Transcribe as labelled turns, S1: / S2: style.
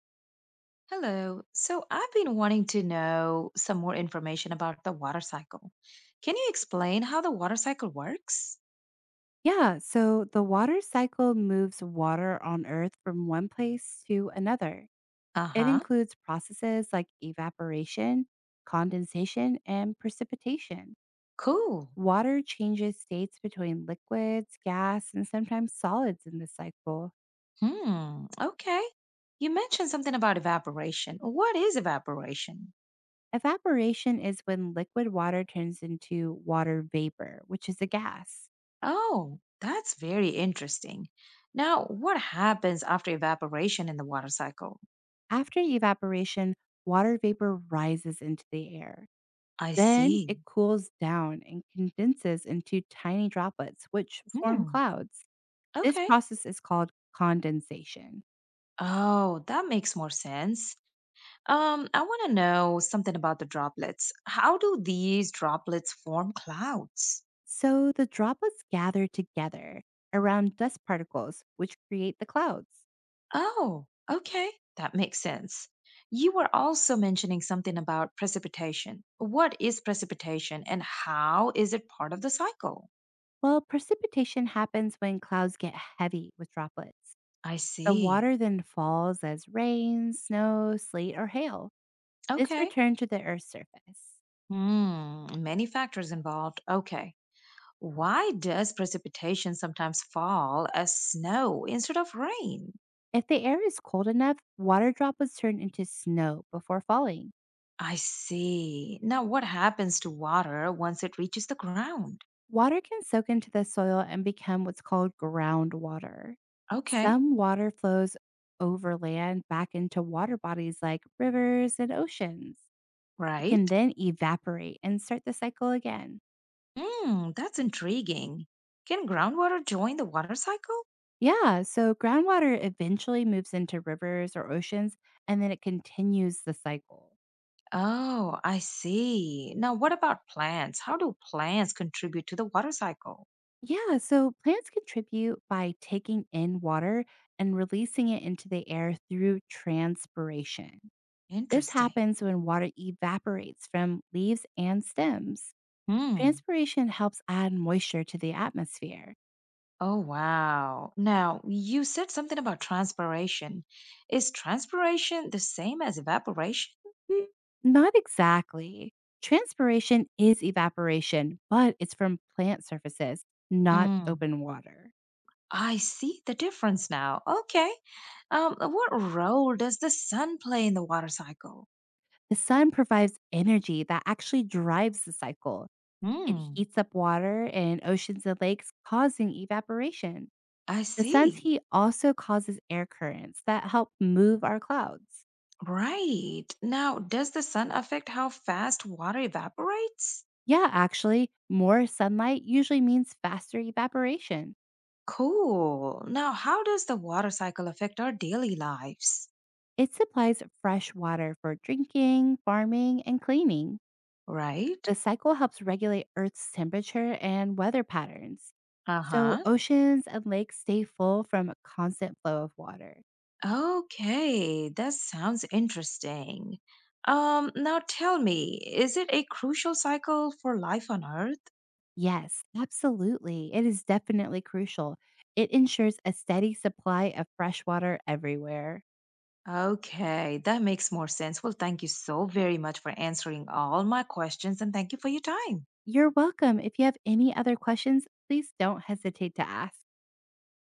S1: Hello. So I've been wanting to know some more information about the water cycle. Can you explain how the water cycle works?
S2: Yeah, so the water cycle moves water on Earth from one place to another. It
S1: Uh-huh.
S2: includes processes like evaporation, condensation, and precipitation.
S1: Cool.
S2: Water changes states between liquids, gas, and sometimes solids in this cycle.
S1: Hmm. Okay. You mentioned something about evaporation. What is evaporation?
S2: Evaporation is when liquid water turns into water vapor, which is a gas.
S1: Oh, that's very interesting. Now, what happens after evaporation in the water cycle?
S2: After evaporation, water vapor rises into the air.
S1: I
S2: Then
S1: see.
S2: it cools down and condenses into tiny droplets, which form
S1: Hmm.
S2: clouds. This
S1: Okay.
S2: process is called condensation.
S1: Oh, that makes more sense. I want to know something about the droplets. How do these droplets form clouds?
S2: So the droplets gather together around dust particles, which create the clouds.
S1: Oh, okay. That makes sense. You were also mentioning something about precipitation. What is precipitation and how is it part of the cycle?
S2: Well, precipitation happens when clouds get heavy with droplets.
S1: I
S2: The
S1: see.
S2: water then falls as rain, snow, sleet, or hail. This
S1: Okay.
S2: returns to the Earth's surface.
S1: Hmm, many factors involved. Okay. Why does precipitation sometimes fall as snow instead of rain?
S2: If the air is cold enough, water droplets turn into snow before falling.
S1: I see. Now, what happens to water once it reaches the ground?
S2: Water can soak into the soil and become what's called groundwater.
S1: Okay,
S2: Some water flows over land back into water bodies like rivers and oceans. It can
S1: right.
S2: then evaporate and start the cycle again.
S1: Hmm, that's intriguing. Can groundwater join the water cycle?
S2: Yeah, so groundwater eventually moves into rivers or oceans and then it continues the cycle.
S1: Oh, I see. Now, what about plants? How do plants contribute to the water cycle?
S2: Yeah, so plants contribute by taking in water and releasing it into the air through transpiration. This
S1: Interesting.
S2: happens when water evaporates from leaves and stems.
S1: Hmm.
S2: Transpiration helps add moisture to the atmosphere.
S1: Oh, wow. Now, you said something about transpiration. Is transpiration the same as evaporation?
S2: Mm, Not exactly. Transpiration is evaporation, but it's from plant surfaces, not
S1: Hmm.
S2: open water.
S1: I see the difference now. Okay. What role does the sun play in the water cycle?
S2: The sun provides energy that actually drives the cycle. It
S1: Hmm,
S2: heats up water in oceans and lakes, causing evaporation.
S1: I
S2: The sun's
S1: see.
S2: heat also causes air currents that help move our clouds.
S1: Right. Now, does the sun affect how fast water evaporates?
S2: Yeah, actually, more sunlight usually means faster evaporation.
S1: Cool. Now, how does the water cycle affect our daily lives?
S2: It supplies fresh water for drinking, farming, and cleaning.
S1: Right?
S2: The cycle helps regulate Earth's temperature and weather patterns.
S1: Uh
S2: So,
S1: huh.
S2: oceans and lakes stay full from a constant flow of water.
S1: Okay, that sounds interesting. Now tell me, is it a crucial cycle for life on Earth?
S2: Yes, absolutely. It is definitely crucial. It ensures a steady supply of fresh water everywhere.
S1: Okay, that makes more sense. Well, thank you so very much for answering all my questions and thank you for your time.
S2: You're welcome. If you have any other questions, please don't hesitate to ask.